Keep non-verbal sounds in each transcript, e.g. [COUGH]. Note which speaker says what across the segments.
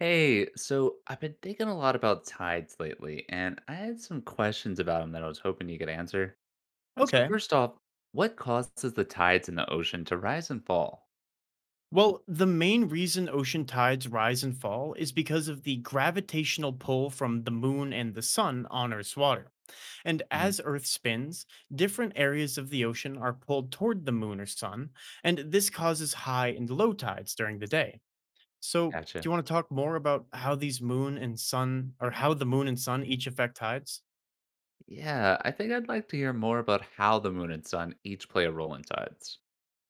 Speaker 1: Hey, so I've been thinking a lot about tides lately, and I had some questions about them that I was hoping you could answer. So
Speaker 2: Okay.
Speaker 1: first off, what causes the tides in the ocean to rise and fall?
Speaker 2: Well, the main reason ocean tides rise and fall is because of the gravitational pull from the moon and the sun on Earth's water. And
Speaker 1: Hmm.
Speaker 2: as Earth spins, different areas of the ocean are pulled toward the moon or sun, and this causes high and low tides during the day. So, do you
Speaker 1: Gotcha.
Speaker 2: want to talk more about how the moon and sun each affect tides?
Speaker 1: Yeah, I think I'd like to hear more about how the moon and sun each play a role in tides.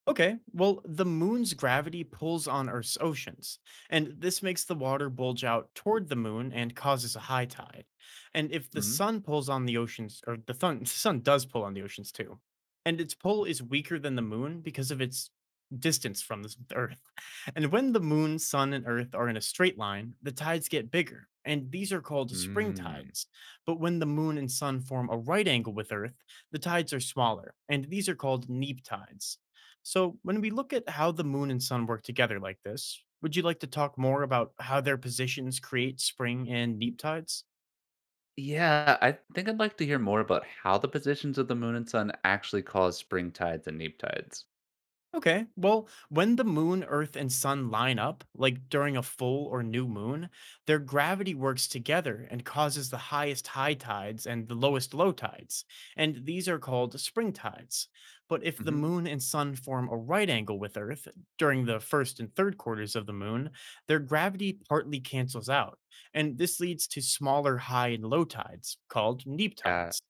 Speaker 2: Okay, well, the moon's gravity pulls on Earth's oceans, and this makes the water bulge out toward the moon and causes a high tide. And if the
Speaker 1: Hmm.
Speaker 2: sun pulls on the oceans, or the, thun- [LAUGHS] the sun does pull on the oceans too, and its pull is weaker than the moon because of its distance from the Earth. [LAUGHS] And when the moon, sun, and Earth are in a straight line, the tides get bigger, and these are called spring
Speaker 1: Mm.
Speaker 2: tides. But when the moon and sun form a right angle with Earth, the tides are smaller, and these are called neap tides. So, when we look at how the moon and sun work together like this, would you like to talk more about how their positions create spring and neap tides?
Speaker 1: Yeah, I think I'd like to hear more about how the positions of the moon and sun actually cause spring tides and neap tides.
Speaker 2: Okay. Well, when the moon, earth, and sun line up, like during a full or new moon, their gravity works together and causes the highest high tides and the lowest low tides. And these are called spring tides. But if the
Speaker 1: Hmm.
Speaker 2: moon and sun form a right angle with earth during the first and third quarters of the moon, their gravity partly cancels out. And this leads to smaller high and low tides called neap tides.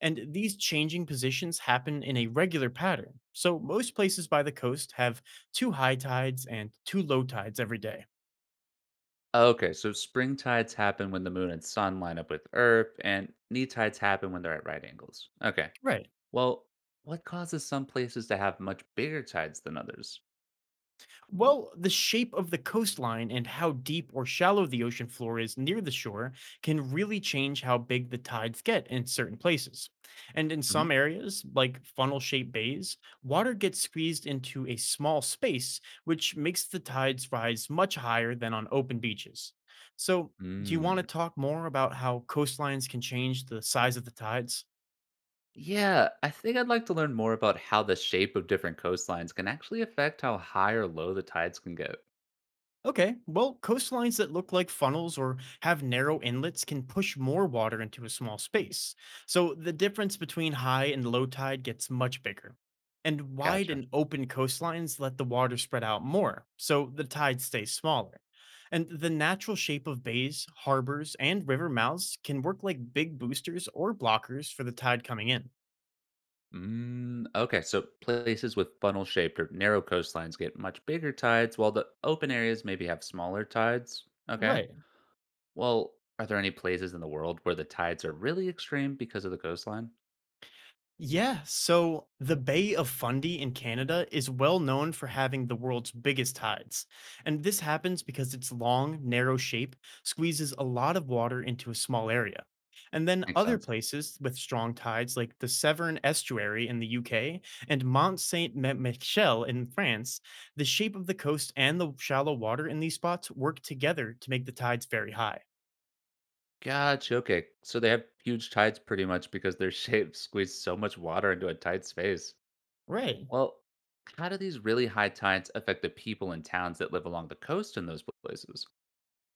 Speaker 2: And these changing positions happen in a regular pattern. So most places by the coast have two high tides and two low tides every day.
Speaker 1: Okay, so spring tides happen when the moon and sun line up with Earth, and neap tides happen when they're at right angles. Okay,
Speaker 2: Right.
Speaker 1: well, what causes some places to have much bigger tides than others?
Speaker 2: Well, the shape of the coastline and how deep or shallow the ocean floor is near the shore can really change how big the tides get in certain places. And in
Speaker 1: Hmm.
Speaker 2: some areas, like funnel shaped bays, water gets squeezed into a small space, which makes the tides rise much higher than on open beaches. So, do you want to
Speaker 1: Mm.
Speaker 2: talk more about how coastlines can change the size of the tides?
Speaker 1: Yeah, I think I'd like to learn more about how the shape of different coastlines can actually affect how high or low the tides can get.
Speaker 2: Okay, well, coastlines that look like funnels or have narrow inlets can push more water into a small space. So the difference between high and low tide gets much bigger. And wide
Speaker 1: Gotcha.
Speaker 2: and open coastlines let the water spread out more, so the tide stays smaller. And the natural shape of bays, harbors, and river mouths can work like big boosters or blockers for the tide coming in.
Speaker 1: Mm, okay, so places with funnel shaped or narrow coastlines get much bigger tides, while the open areas maybe have smaller tides. Okay.
Speaker 2: Right.
Speaker 1: Well, are there any places in the world where the tides are really extreme because of the coastline?
Speaker 2: Yeah, so the Bay of Fundy in Canada is well known for having the world's biggest tides. And this happens because its long, narrow shape squeezes a lot of water into a small area. And then
Speaker 1: Makes
Speaker 2: other
Speaker 1: sense.
Speaker 2: places with strong tides, like the Severn Estuary in the UK and Mont Saint Michel in France, the shape of the coast and the shallow water in these spots work together to make the tides very high.
Speaker 1: Gotcha. Okay. So they have huge tides pretty much because their shape [LAUGHS] squeezes so much water into a tight space.
Speaker 2: Right.
Speaker 1: Well, how do these really high tides affect the people in towns that live along the coast in those places?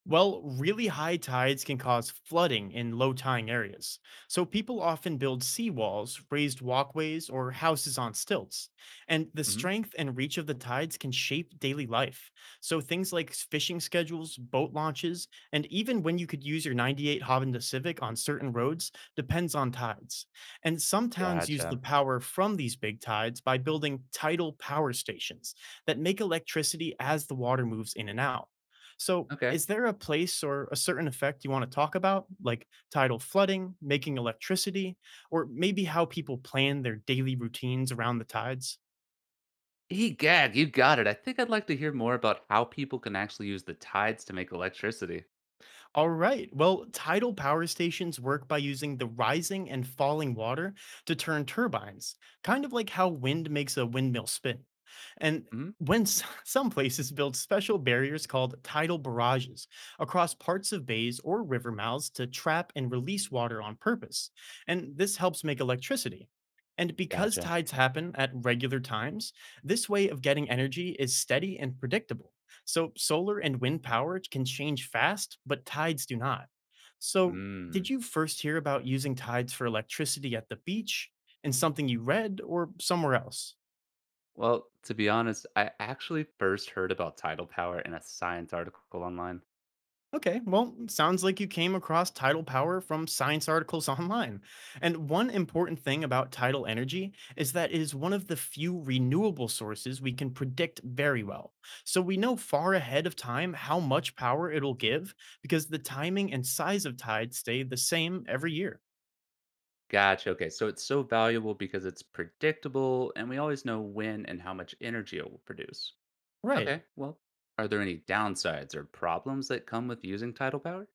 Speaker 2: Well, really high tides can cause flooding in low tying areas, so people often build seawalls, raised walkways, or houses on stilts. And the
Speaker 1: Hmm.
Speaker 2: strength and reach of the tides can shape daily life. So things like fishing schedules, boat launches, and even when you could use your 98 Honda Civic on certain roads depends on tides. And some towns use the
Speaker 1: Gotcha.
Speaker 2: power from these big tides by building tidal power stations that make electricity as the water moves in and out. So,
Speaker 1: Okay.
Speaker 2: is there a place or a certain effect you want to talk about, like tidal flooding, making electricity, or maybe how people plan their daily routines around the tides?
Speaker 1: Egad, you got it. I think I'd like to hear more about how people can actually use the tides to make electricity.
Speaker 2: All right. Well, tidal power stations work by using the rising and falling water to turn turbines, kind of like how wind makes a windmill spin. And
Speaker 1: Hmm.
Speaker 2: [LAUGHS] some places build special barriers called tidal barrages across parts of bays or river mouths to trap and release water on purpose. And this helps make electricity. And because
Speaker 1: Gotcha.
Speaker 2: tides happen at regular times, this way of getting energy is steady and predictable. So, solar and wind power can change fast, but tides do not. So, did
Speaker 1: Mm.
Speaker 2: you first hear about using tides for electricity at the beach in something you read or somewhere else?
Speaker 1: Well, to be honest, I actually first heard about tidal power in a science article online.
Speaker 2: Okay, well, it sounds like you came across tidal power from science articles [LAUGHS] online. And one important thing about tidal energy is that it is one of the few renewable sources we can predict very well. So we know far ahead of time how much power it'll give because the timing and size of tides stay the same every year.
Speaker 1: Gotcha. Okay. So it's so valuable because it's predictable and we always know when and how much energy it will produce.
Speaker 2: Right.
Speaker 1: Okay. Well, are there any downsides or problems that come with using tidal power?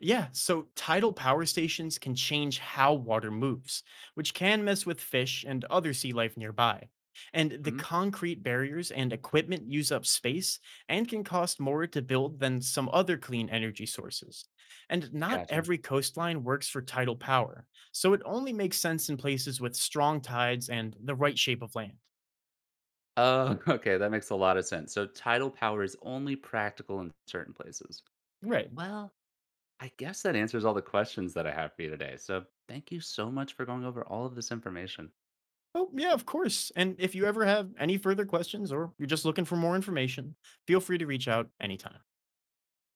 Speaker 2: Yeah. So tidal power stations can change how water moves, which can mess with fish and other sea life nearby. And the
Speaker 1: Hmm.
Speaker 2: concrete barriers and equipment use up space and can cost more to build than some other clean energy sources. And not
Speaker 1: Gotcha.
Speaker 2: every coastline works for tidal power, so it only makes sense in places with strong tides and the right shape of land.
Speaker 1: Oh, [LAUGHS] okay. That makes a lot of sense. So tidal power is only practical in certain places.
Speaker 2: Right.
Speaker 1: Well, I guess that answers all the questions that I have for you today. So thank you so much for going over all of this information.
Speaker 2: Oh, yeah, of course. And if you ever have any further questions or you're just looking for more information, feel free to reach out anytime.